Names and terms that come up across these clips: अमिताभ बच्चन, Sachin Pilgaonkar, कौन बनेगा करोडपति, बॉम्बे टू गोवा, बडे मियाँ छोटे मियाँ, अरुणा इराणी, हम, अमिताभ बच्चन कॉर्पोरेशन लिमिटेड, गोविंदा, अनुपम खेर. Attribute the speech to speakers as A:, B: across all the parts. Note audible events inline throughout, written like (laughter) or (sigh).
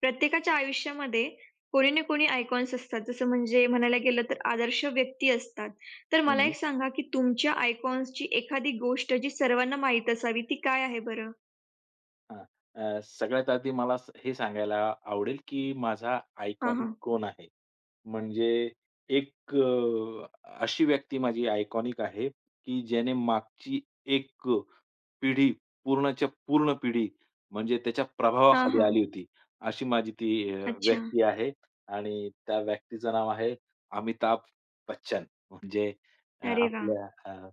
A: प्रत्येकाच्या आयुष्यामध्ये कोणी ना कोणी icons असतात. जसं म्हणजे म्हणायला गेलं तर आदर्श व्यक्ती असतात. तर मला एक
B: हं.
A: सांगा, की तुमच्या आयकॉन्सची एखादी गोष्ट जी सर्वांना माहीत असावी ती काय आहे बरं?
B: हां. सगळ्यात आधी मला हे सांगायला आवडेल, की माझा
A: हां,
B: आयकॉनिक
A: हां.
B: कोण आहे? म्हणजे एक अ, अशी व्यक्ती माझी आयकॉनिक आहे, की ज्याने मागची एक पिढी पूर्णच्या पूर्ण पिढी म्हणजे त्याच्या
A: हां,
B: प्रभावाखाली
A: हां.
B: आली होती. अशी माझी ती
A: अच्छा.
B: व्यक्ती आहे आणि त्या व्यक्तीचं नाव आहे अमिताभ बच्चन. म्हणजे
A: अरे वाह!
B: आपल्या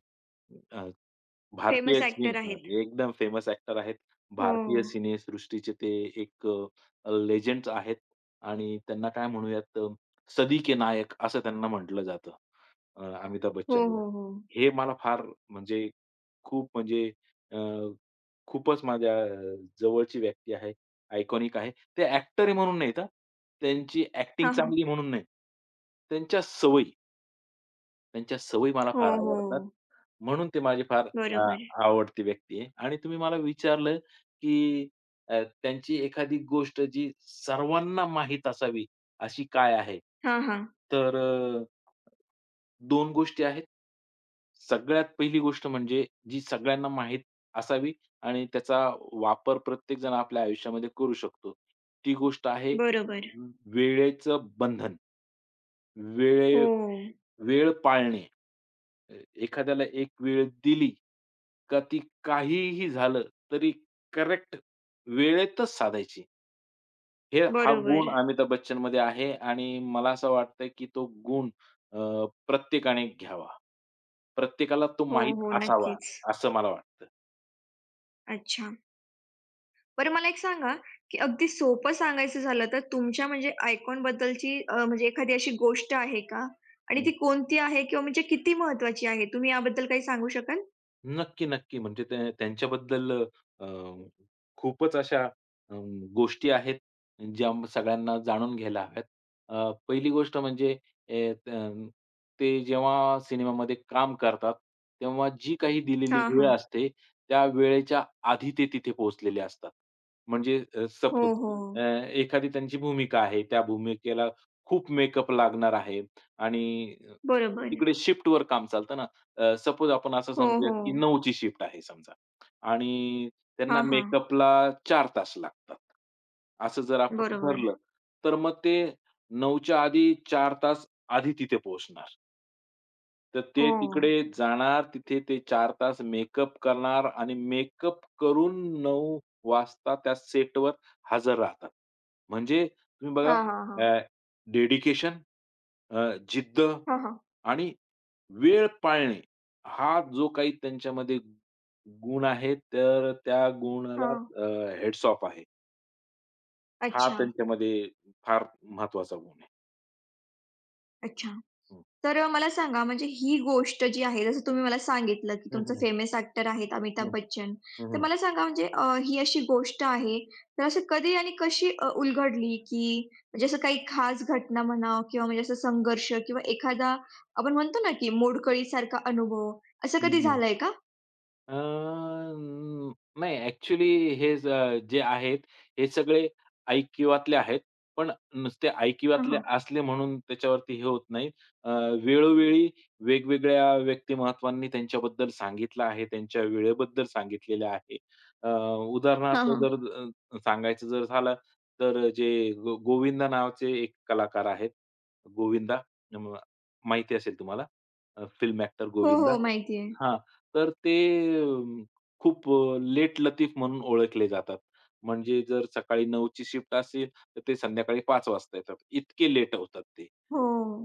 B: अ, भारतीय
A: फेमस
B: सिने
A: ॲक्टर आहेत.
B: एकदम फेमस ॲक्टर आहेत.
A: हो.
B: भारतीय सिनेसृष्टीचे ते एक अ, आहेत आणि त्यांना काय म्हणूयात सदी के नायक असं त्यांना म्हटलं जातं अमिताभ
A: हो,
B: बच्चनला.
A: हो, हो.
B: हे मला फार म्हणजे खूप म्हणजे अ, खूपच माझ्या जवळची व्यक्ती आहे, आयकॉनिक आहे. ते ॲक्टर आहे म्हणून नाहीत हां. त्यांची ॲक्टिंग
A: हां, हां.
B: चांगली म्हणून नाही. त्यांच्या सवयी, त्यांच्या सवयी मला
A: हो,
B: फार
A: हो.
B: आवडतात. म्हणून ते माझी फार
A: बरोबर.
B: आवडती व्यक्ती आहे. आणि तुम्ही मला विचारलं, की त्यांची एखादी गोष्ट जी सर्वांना माहीत असावी, अशी काय आहे?
A: हां, हां.
B: तर दोन गोष्टी आहेत. सगळ्यात पहिली गोष्ट म्हणजे जी सगळ्यांना माहीत असावी आणि त्याचा वापर प्रत्येक जण आपल्या आयुष्यामध्ये करू शकतो. ती गोष्ट आहे
A: बरोबर.
B: वेळेचं बंधन. वेळे
A: हो.
B: वेळ पाळणे. अ, एखाद्याला एक वेळ दिली का ती काहीही झालं तरी करेक्ट वेळेतच साधायची. हा गुण
A: बरोबर.
B: अमिताभ बच्चनमध्ये आहे आणि मला असं वाटतं की तो गुण प्रत्येकाने घ्यावा. प्रत्येकाला तो
A: हो,
B: माहीत
A: हो.
B: असावा,
A: नक्कीच.
B: असं मला वाटतं.
A: अच्छा. बरं मला एक सांगा, की अगदी सोपं सांगायचं झालं तर तुमच्या म्हणजे आयकॉनबद्दलची म्हणजे एखादी अशी गोष्ट आहे का? आणि
B: हं.
A: ती कोणती आहे किंवा म्हणजे किती महत्त्वाची आहे? तुम्ही याबद्दल काही सांगू शकाल?
B: नक्की, नक्की. म्हणजे त्यांच्याबद्दल अ, खूपच अशा अ, गोष्टी आहेत, सगळ्यांना जाणून घ्यायला हव्यात. पहिली गोष्ट म्हणजे ए, अ, ते जेव्हा सिनेमामध्ये काम करतात, तेव्हा जी काही दिलेली
A: हां,
B: वेळ
A: हां.
B: असते, त्या वेळेच्या आधी ते तिथे पोहोचलेले असतात.
A: हो,
B: सपोज अ,
A: हो.
B: एखादी त्यांची भूमिका आहे, त्या भूमिकेला खूप मेकअप लागणार आहे आणि
A: बरोबर.
B: तिकडे शिफ्टवर काम चालतं ना, सपोज आपण असं
A: हो,
B: समजूयात की
A: हो.
B: 9ची शिफ्ट आहे समजा आणि त्यांना
A: हां, हां.
B: मेकअपला 4 तास लागतात. असं जर आपण
A: बरोबर.
B: धरलं, तर मग ते 9च्या आधी 4 तास आधी तिथे पोहोचणार. तर ते
A: हो.
B: तिकडे जाणार, तिथे ते 4 तास मेकअप करणार आणि मेकअप करून 9 वाजता त्या सेटवर हजर राहतात. म्हणजे तुम्ही बघा
A: हां, हां, हां.
B: डेडिकेशन, जिद्द
A: हां, हां.
B: आणि वेळ पाळणे, हा जो काही त्यांच्यामध्ये गुण आहे, तर त्या गुणाला
A: हां.
B: अ, हेट्स ऑफ आहे. हा
A: अच्छा,
B: त्यांच्यामध्ये फार महत्वाचा गुण आहे.
A: अच्छा.
B: हं.
A: तर मला सांगा म्हणजे ही गोष्ट जी आहे जसं तुम्ही मला सांगितलं, की
B: हं,
A: तुमचं
B: हं.
A: फेमस एक्टर आहेत अमिताभ
B: हं,
A: बच्चन.
B: हं,
A: तर
B: हं.
A: मला सांगा म्हणजे ही अशी गोष्ट आहे, तर असं कधी आणि कशी उलगडली, की म्हणजे असं काही खास घटना म्हणा किंवा म्हणजे असं संघर्ष किंवा एखादा आपण म्हणतो ना, की मोडकळीसारखा अनुभव असं
B: हं,
A: कधी
B: हं.
A: झालंय का?
B: अ, न नाही ॲक्चुअली हे ज जे आहेत, हे सगळे ऐकिवातले आहेत. पण नुसते
A: हां,
B: ऐकिवातले
A: हां.
B: असले म्हणून त्याच्यावरती हे होत नाही. अ, वेळोवेळी वेगवेगळ्या व्यक्तिमत्त्वांनी त्यांच्याबद्दल सांगितलं आहे, त्यांच्या वेळेबद्दल सांगितलेलं आहे. अ,
A: हां,
B: उदाहरणार्थ
A: हां.
B: जर सांगायचं जर झालं, तर जे गो गोविंदा नावाचे एक कलाकार आहेत. गोविंदा, म माहिती असेल तुम्हाला फिल्म ॲक्टर
A: हो,
B: गोविंदा.
A: हो. माहिती आहे.
B: हां. तर ते अ, खूप लेट लतीफ म्हणून ओळखले जातात. म्हणजे जर सकाळी 9 ची शिफ्ट असेल, तर ते संध्याकाळी 5 वाजता येतात. इतके लेट होतात ते.
A: हो.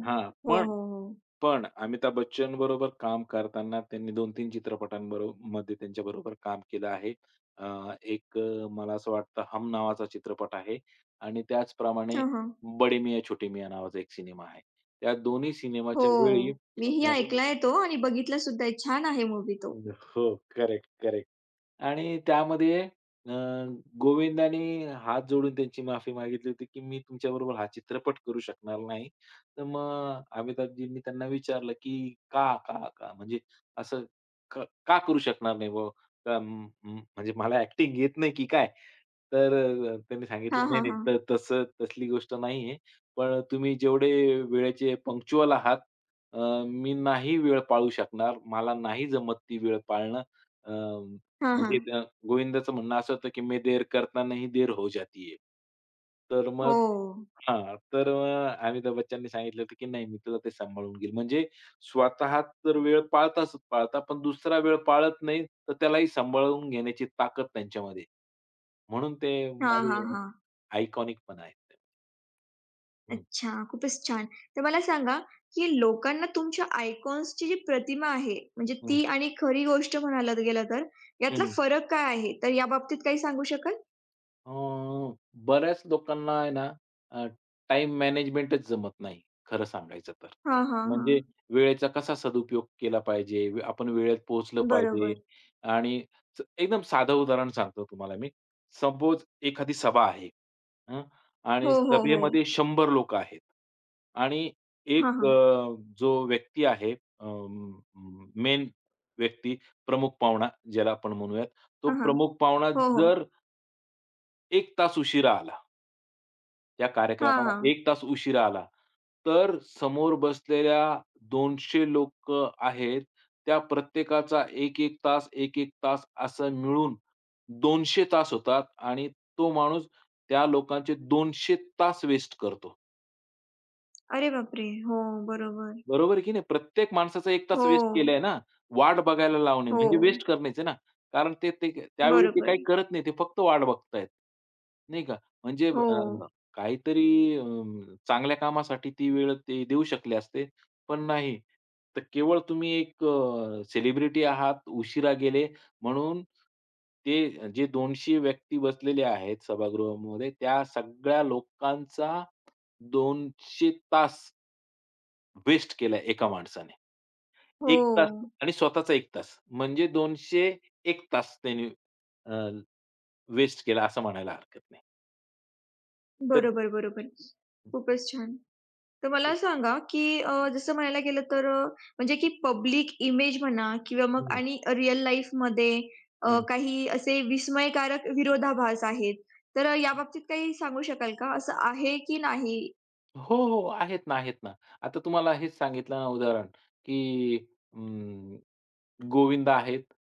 B: हां,
A: हो,
B: पण
A: हो, हो.
B: पण अमिताभ बच्चन बरोबर काम करताना त्यांनी 2 तीन मध्ये त्यांच्याबरोबर काम केलं आहे. अ, मला असं वाटतं हम नावाचा चित्रपट आहे आणि त्याचप्रमाणे
A: हां, हां.
B: बडे मियाँ छोटे मियाँ नावाचा एक सिनेमा आहे. त्या दोन्ही
A: हो.
B: सिनेमाच्या वेळी
A: मीही
B: अ,
A: ऐकलाय तो आणि बघितला सुद्धा आहे. छान आहे मूव्ही तो.
B: हो, करेक्ट. आणि त्यामध्ये अ, गोविंदाने हात जोडून त्यांची माफी मागितली होती, की "मी तुमच्याबरोबर हा चित्रपट करू शकणार नाही." तर मग अमिताभजींनी त्यांना विचारलं, की "का, का, का?" म्हणजे असं "क का करू शकणार नाही बुवा? अ, म म म्हणजे मला ॲक्टिंग येत नाही की काय?" तर त्यांनी
A: हां,
B: सांगितलं, "नाही,
A: हां, हां.
B: नाही, त तसं तसली गोष्ट नाहीये. पण तुम्ही जेवढे वेळेचे पंक्च्युअल आहात, अ, मी नाही वेळ पाळू शकणार. मला नाही जमत ती वेळ पाळणं. अ,
A: हां, हां.
B: म्हणजे अ, गोविंदाचं म्हणणं असं होतं, की "मैं देर करता नहीं देर हो जाती तर मग
A: हो.
B: हां, तर अमिताभ बच्चननी सांगितलं होतं, की "नाही, मी तुला ते सांभाळून घेईल." म्हणजे स्वतः तर वेळ पाळताच पाळता, पण दुसरा वेळ पाळत नाही, तर त्यालाही सांभाळून घेण्याची ताकद त्यांच्यामध्ये. म्हणून ते
A: हां, हां,
B: माझे
A: हां.
B: आयकॉनिक पण आहेत. हं,
A: अच्छा, खूपच छान. तर मला सांगा, की लोकांना तुमच्या आयकॉन्सची जी प्रतिमा आहे, म्हणजे
B: हं,
A: ती आणि खरी गोष्ट म्हणायला गेलं तर, यातला
B: हं.
A: फरक काय आहे? तर याबाबतीत काही सांगू शकाल?
B: अ, बऱ्याच लोकांना आहे ना, अ, मॅनेजमेंटच जमत नाही, खरं सांगायचं तर.
A: हां, हां, हां.
B: म्हणजे वेळेचा कसा सदुपयोग केला पाहिजे, आपण वेळेत पोहोचलं पाहिजे
A: बरोबर.
B: आणि एकदम साधं उदाहरण सांगतो तुम्हाला मी. सपोज एखादी सभा आहे, हं,
A: हो,
B: आणि
A: हो, हो.
B: सभेमध्ये 100 लोक आहेत आणि एक
A: हां, हां.
B: अ, जो अ, मेन व्यक्ती, प्रमुख पाहुणा ज्याला आपण म्हणूयात, तो
A: हां, हां.
B: प्रमुख पाहुणा
A: हो, हो.
B: जर एक तास उशिरा आला. त्या
A: हां,
B: कार्यक्रमाला
A: हां.
B: 1 तास उशिरा आला. तर समोर बसलेल्या 200 लोक आहेत, त्या प्रत्येकाचा एक 1 तास, एक 1 तास असं मिळून 200 तास होतात आणि तो माणूस त्या लोकांचे 200 तास वेस्ट करतो.
A: अरे बापरे! हो, बरोबर.
B: बरोबर आहे की नाही? प्रत्येक माणसाचा 1 तास
A: हो,
B: वेस्ट केलाय ना. वाट बघायला लावणे
A: हो.
B: म्हणजे वेस्ट करणेच आहे ना. कारण ते ते त्यावेळी ते
A: बरोबर.
B: काही करत नाही. ते फक्त वाट बघतायत. नाही का? म्हणजे
A: हो,
B: अ, काहीतरी चांगल्या कामासाठी ती वेळ ते देऊ शकले असते. पण नाही. तर केवळ तुम्ही एक सेलिब्रिटी आहात, उशिरा गेले म्हणून ते जे 200 व्यक्ती बसलेले आहेत सभागृहामध्ये, त्या सगळ्या लोकांचा 200 तास वेस्ट केला एका माणसाने.
A: हो.
B: 1 तास आणि स्वतःचा 1 तास. म्हणजे 201 तास त्याने अ, वेस्ट केला असं म्हणायला हरकत नाही. तर
A: बरोबर, बरोबर. खूपच छान. तर मला सांगा, की जसं म्हणायला गेलं तर म्हणजे की पब्लिक इमेज म्हणा किंवा मग
B: हं,
A: आणि रिअल लाईफमध्ये
B: हं.
A: काही असे विस्मयकारक विरोधाभास आहेत. तर याबाबतीत काही सांगू शकाल का? असं आहे की नाही?
B: हो, हो. आहेत ना, आहेत ना. आता तुम्हाला हेच सांगितलं ना उदाहरण, की अं, गोविंदा आहेत,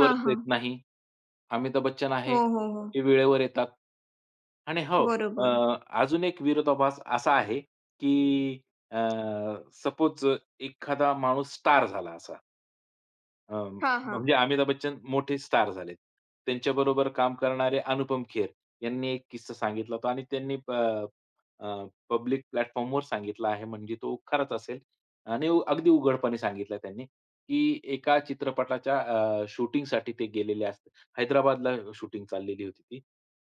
A: हां,
B: येत
A: हां.
B: नाही. अमिताभ बच्चन
A: हो,
B: आहे,
A: हो, हो.
B: ते वेळेवर येतात. आणि
A: बरोबर.
B: अ, अजून एक विरोधाभास असा आहे, की सपोज एखादा माणूस स्टार झाला असा. अ,
A: हां, हां.
B: म्हणजे अमिताभ बच्चन मोठे स्टार झाले. त्यांच्याबरोबर काम करणारे अनुपम खेर यांनी एक किस्सा सांगितला होता आणि त्यांनी अ, पब्लिक प्लॅटफॉर्मवर सांगितला आहे म्हणजे तो खराच असेल आणि अगदी उघडपणे सांगितलं त्यांनी, की एका चित्रपटाच्या शूटिंगसाठी ते गेलेले असतात. हैदराबादला शूटिंग चाललेली होती ती.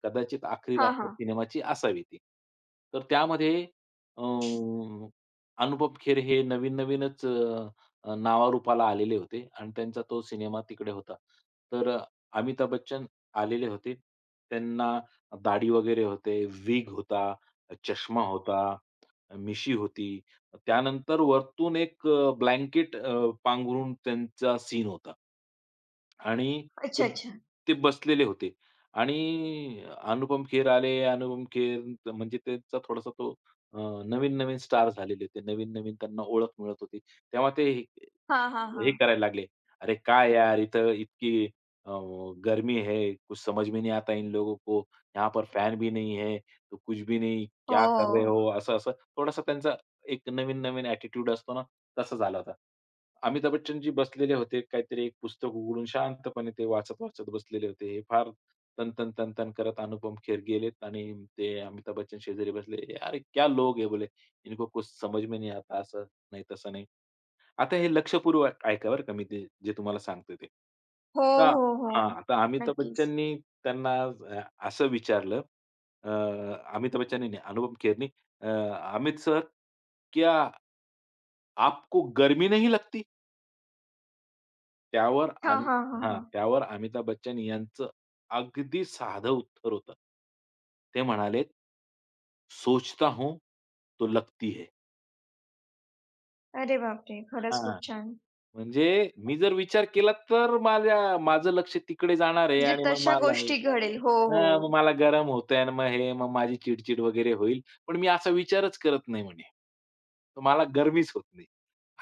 B: कदाचित आखरी
A: हां,
B: रात्र
A: हां.
B: सिनेमाची असावी ती. तर त्यामध्ये अ, अनुपम खेर हे नवीन-नवीनच नावारूपाला आलेले होते आणि त्यांचा तो सिनेमा तिकडे होता. तर अमिताभ बच्चन आलेले होते. त्यांना दाढी वगैरे होते, विग होता, चष्मा होता, मिशी होती. त्यानंतर वरतून एक ब्लँकेट पांघरून त्यांचा सीन होता. आणि
A: अच्छा,
B: ते
A: अच्छा.
B: ते बसलेले होते. आणि अनुपम खेर आले. म्हणजे त्यांचा थोडासा तो अ, नवीन-नवीन स्टार झालेले होते. नवीन-नवीन त्यांना ओळख मिळत होती. तेव्हा ते हे
A: हां, हां, हां.
B: करायला लागले. अरे काय यार इधर इतनी अ, गर्मी है, कुछ समझ में नहीं आता इन लोगों को, यहाँ पर फॅन भी नहीं है, तो कुछ भी नहीं,
A: हो,
B: क्या कर रहे हो?
A: हो.
B: असं-असं थोडासा त्यांचा एक नवीन-नवीन ॲटिट्यूड असतो ना, तसा झाला होता. अमिताभ बच्चनजी बसलेले होते, काहीतरी एक पुस्तक उघडून शांतपणे ते वाचत-वाचत बसलेले होते. हे फार तन-तन, तन-तन करत अनुपम खेर गेलेत आणि ते अमिताभ बच्चन शेजारी बसले. "यार क्या लोग है" बोले, "इनको कुछ समझ में नहीं आता." असं नाही, तसं नाही. आता हे लक्षपूर्वक ऐका बरं का मी ते जे तुम्हाला सांगतोय ते.
A: हो,
B: हां,
A: हो, हो.
B: हां. तर अमिताभ
A: नक्कीच.
B: बच्चननी त्यांना अ, असं विचारलं अ, अमिताभ बच्चननी नाही, अनुपम खेरनी अ, "अमित सर, क्या आपको गर्मी नहीं लगती?" त्यावर
A: हां,
B: अमि
A: हां, हां,
B: हां,
A: हां.
B: त्यावर अमिताभ बच्चन यांचं अगदी साधं उत्तर होतं. ते म्हणाले, "सोचता हूँ तो लगती है."
A: अरे बापरे! खरंच
B: हां.
A: खूप छान.
B: म्हणजे मी जर विचार केला तर माझं लक्ष तिकडे जाणार आहे
A: म्हणजे
B: आणि मग
A: तशा
B: मला
A: गोष्टी घडेल. हो, हो.
B: हां, मग मला गरम होतंय आणि मग मग माझी चिड वगैरे होईल. पण मी असा विचारच करत नाही म्हणे. तर मला गरमीच होत नाही.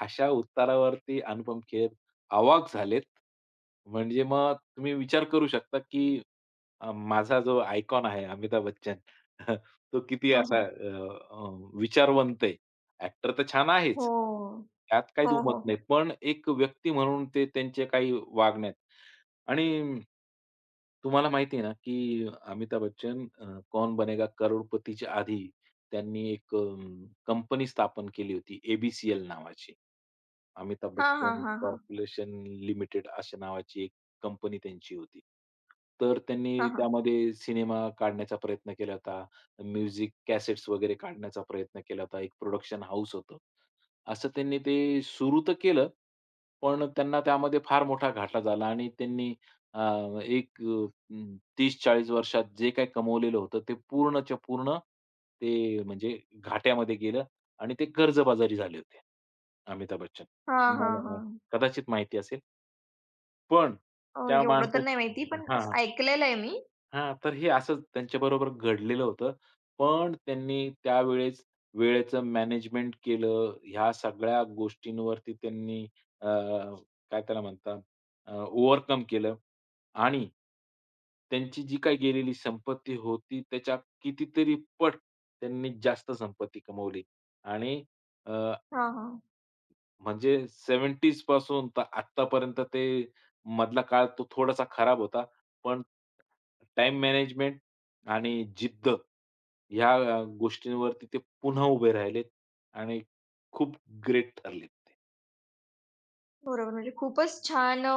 B: अशा उत्तरावरती अनुपम खेर अवाक झालेत. म्हणजे मग तुम्ही विचार करू शकता, की माझा जो आयकॉन आहे अमिताभ बच्चन (laughs) तो किती
A: हां,
B: असा
A: हां.
B: अ, अ, विचारवंत आहे. ॲक्टर तर छान
A: हो.
B: आहेच. त्यात काही
A: हो,
B: दुमत
A: हो,
B: नाही.
A: हो.
B: पण एक व्यक्ती म्हणून ते त्यांचे काही वागण्यात आणि तुम्हाला माहिती आहे ना, की अमिताभ बच्चन कौन बनेगा करोडपतीच्या आधी त्यांनी एक कंपनी स्थापन केली होती, ए नावाची. अमिताभ
A: हां, हां,
B: बच्चन
A: हां, हां.
B: कॉर्पोरेशन लिमिटेड अशा नावाची एक कंपनी त्यांची होती. तर
A: हां,
B: त्यांनी
A: हां.
B: त्यामध्ये सिनेमा काढण्याचा प्रयत्न केला होता, म्युझिक कॅसेट्स वगैरे काढण्याचा प्रयत्न केला होता. एक प्रोडक्शन हाऊस होतं. असं त्यांनी ते सुरू तर केलं, पण त्यांना त्यामध्ये फार मोठा घाटा झाला आणि त्यांनी अ, एक अ, 30-40 वर्षात जे काही कमवलेलं होतं ते पूर्णच्या पूर्ण ते म्हणजे घाट्यामध्ये गेलं आणि ते कर्जबाजारी झाले होते. अमिताभ बच्चन.
A: हां, हां,
B: तुम्हाला
A: हां.
B: कदाचित माहिती असेल. पण त्या
A: एवढं तर नाही माहिती
B: माणसाची
A: पण
B: हां.
A: असं ऐकलेलं आहे मी.
B: हां, तर हे असंच त्यांच्याबरोबर घडलेलं होतं. पण त्यांनी त्यावेळेस वेळेचं मॅनेजमेंट केलं. ह्या सगळ्या गोष्टींवरती त्यांनी अ, काय त्याला म्हणतात ओव्हरकम केलं आणि त्यांची जी काही गेलेली संपत्ती होती त्याच्या कितीतरी पट त्यांनी जास्त संपत्ती कमवली आणि अ
A: हां, हां.
B: म्हणजे 70s पासून तर आत्तापर्यंत ते मधला काळ तो थोडासा खराब होता. पण टाइम मॅनेजमेंट आणि जिद्द ह्या गोष्टींवरती ते पुन्हा उभे राहिलेत आणि खूप ग्रेट ठरलेत ते.
A: बरोबर. म्हणजे खूपच छान अ,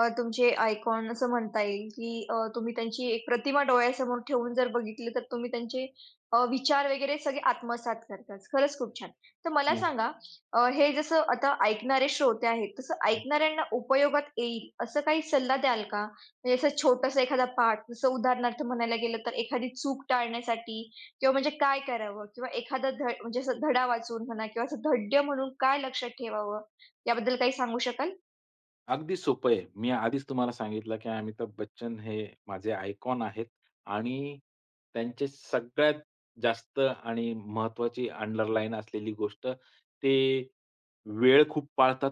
A: अ, तुमचे आयकॉन असं म्हणता येईल, की तुम्ही त्यांची एक प्रतिमा डोळ्यासमोर ठेवून जर बघितली, तर तुम्ही त्यांचे विचार वगैरे सगळे आत्मसात करताच. खरंच खूप छान. तर मला
B: हां.
A: सांगा, हे जसं आता ऐकणारे श्रोते आहेत, तसं ऐकणाऱ्यांना उपयोगात येईल असं काही सल्ला द्याल का? म्हणजे असं छोटासा एखादा पाठ, जसं उदाहरणार्थ म्हणायला गेलं तर एखादी चूक टाळण्यासाठी किंवा म्हणजे काय करावं? किंवा एखादा ध म्हणजे असं धडा वाचून म्हणा किंवा असं धड्य म्हणून काय लक्षात ठेवावं? याबद्दल काही सांगू शकाल?
B: अगदी सोपं आहे. मी आधीच तुम्हाला सांगितलं, की अमिताभ बच्चन हे माझे आयकॉन आहेत आणि त्यांचे सगळ्यात जास्त आणि महत्वाची अंडरलाईन असलेली गोष्ट, ते वेळ खूप पाळतात.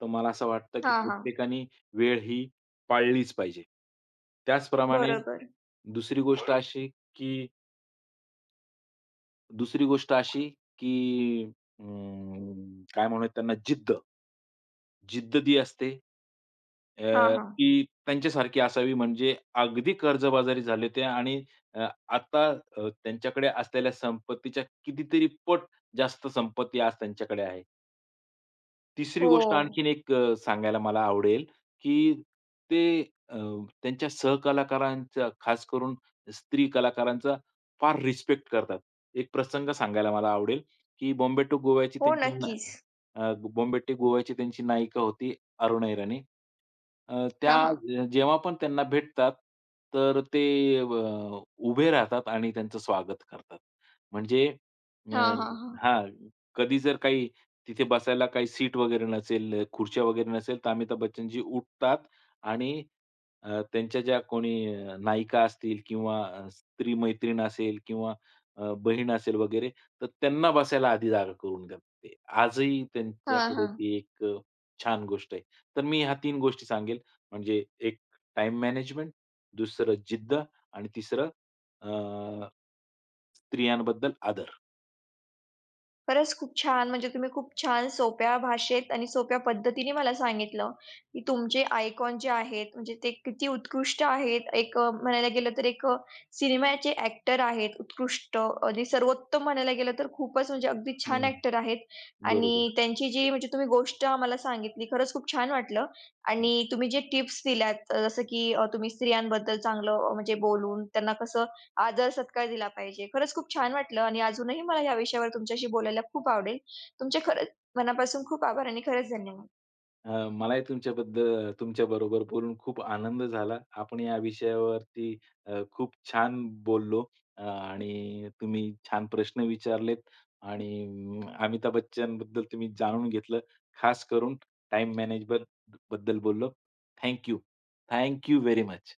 B: तर मला असं वाटतं, की
A: हां, हां.
B: प्रत्येकाने वेळ ही पाळलीच पाहिजे. त्याचप्रमाणे हो.
A: बरोबर.
B: दुसरी गोष्ट अशी, की दुसरी गोष्ट अशी, की काय म्हणूयात त्यांना जिद्द. जिद्द जी असते
A: हां, हां.
B: की त्यांच्यासारखी असावी म्हणजे अगदी कर्जबाजारी झाले ते आणि अ, आता त्यांच्याकडे असलेल्या संपत्तीच्या कितीतरी पट जास्त संपत्ती आज त्यांच्याकडे आहे. तिसरी
A: हो.
B: गोष्ट आणखीन एक सांगायला मला आवडेल, की ते अ, त्यांच्या सहकलाकारांचा खास करून स्त्री कलाकारांचा फार रिस्पेक्ट करतात. एक प्रसंग सांगायला मला आवडेल, की
A: हो, नक्कीच.
B: बॉम्बे टू गोवाची त्यांची नायिका होती अरुणा इराणी.
A: हां, हां.
B: त्या जेव्हा पण त्यांना भेटतात, तर ते अ, उभे राहतात आणि त्यांचं स्वागत करतात. म्हणजे अ,
A: हां, हां, हां.
B: हां, कधी जर काही तिथे बसायला काही सीट वगैरे नसेल, खुर्च्या वगैरे नसेल, तर अमिताभ बच्चनजी उठतात आणि त्यांच्या ज्या कोणी नायिका असतील किंवा स्त्री मैत्रीण असेल किंवा बहीण असेल वगैरे, तर त्यांना बसायला आधी जागा करून देतात ते. आजही
A: हां,
B: त्यांच्याकडे
A: हां.
B: ती एक छान गोष्ट आहे. तर मी ह्या 3 गोष्टी सांगेल, म्हणजे एक टाईम मॅनेजमेंट, दुसरं जिद्द आणि तिसरं अ, स्त्रियांबद्दल आदर.
A: खरंच खूप छान म्हणजे तुम्ही खूप छान सोप्या भाषेत आणि सोप्या पद्धतीने मला सांगितलं, की तुमचे आयकॉन जे आहेत म्हणजे ते किती उत्कृष्ट आहेत. एक म्हणायला गेलं तर एक सिनेमाचे ॲक्टर आहेत उत्कृष्ट आणि सर्वोत्तम म्हणायला गेलं तर खूपच म्हणजे अगदी छान
B: हं.
A: ॲक्टर आहेत
B: बरोबर.
A: आणि त्यांची जी म्हणजे तुम्ही गोष्ट आम्हाला सांगितली खरंच खूप छान वाटलं आणि तुम्ही जे टिप्स दिल्यात जसं की तुम्ही स्त्रियांबद्दल चांगलं म्हणजे बोलून त्यांना कसं आदर सत्कार दिला पाहिजे. खरंच खूप छान वाटलं आणि अजूनही मला या विषयावर तुमच्याशी बोलायला खूप आवडेल. तुमचे खरंच मनापासून खूप आभार आणि खरंच धन्यवाद.
B: मलाही तुमच्याबद्दल तुमच्या बरोबर बोलून खूप आनंद झाला. आपण या विषयावरती खूप छान बोललो आणि तुम्ही छान प्रश्न विचारलेत आणि अमिताभ बच्चनबद्दल तुम्ही जाणून घेतलं. खास करून टाइम मॅनेजमेंट बद्दल बोललो. Thank you. Thank very much.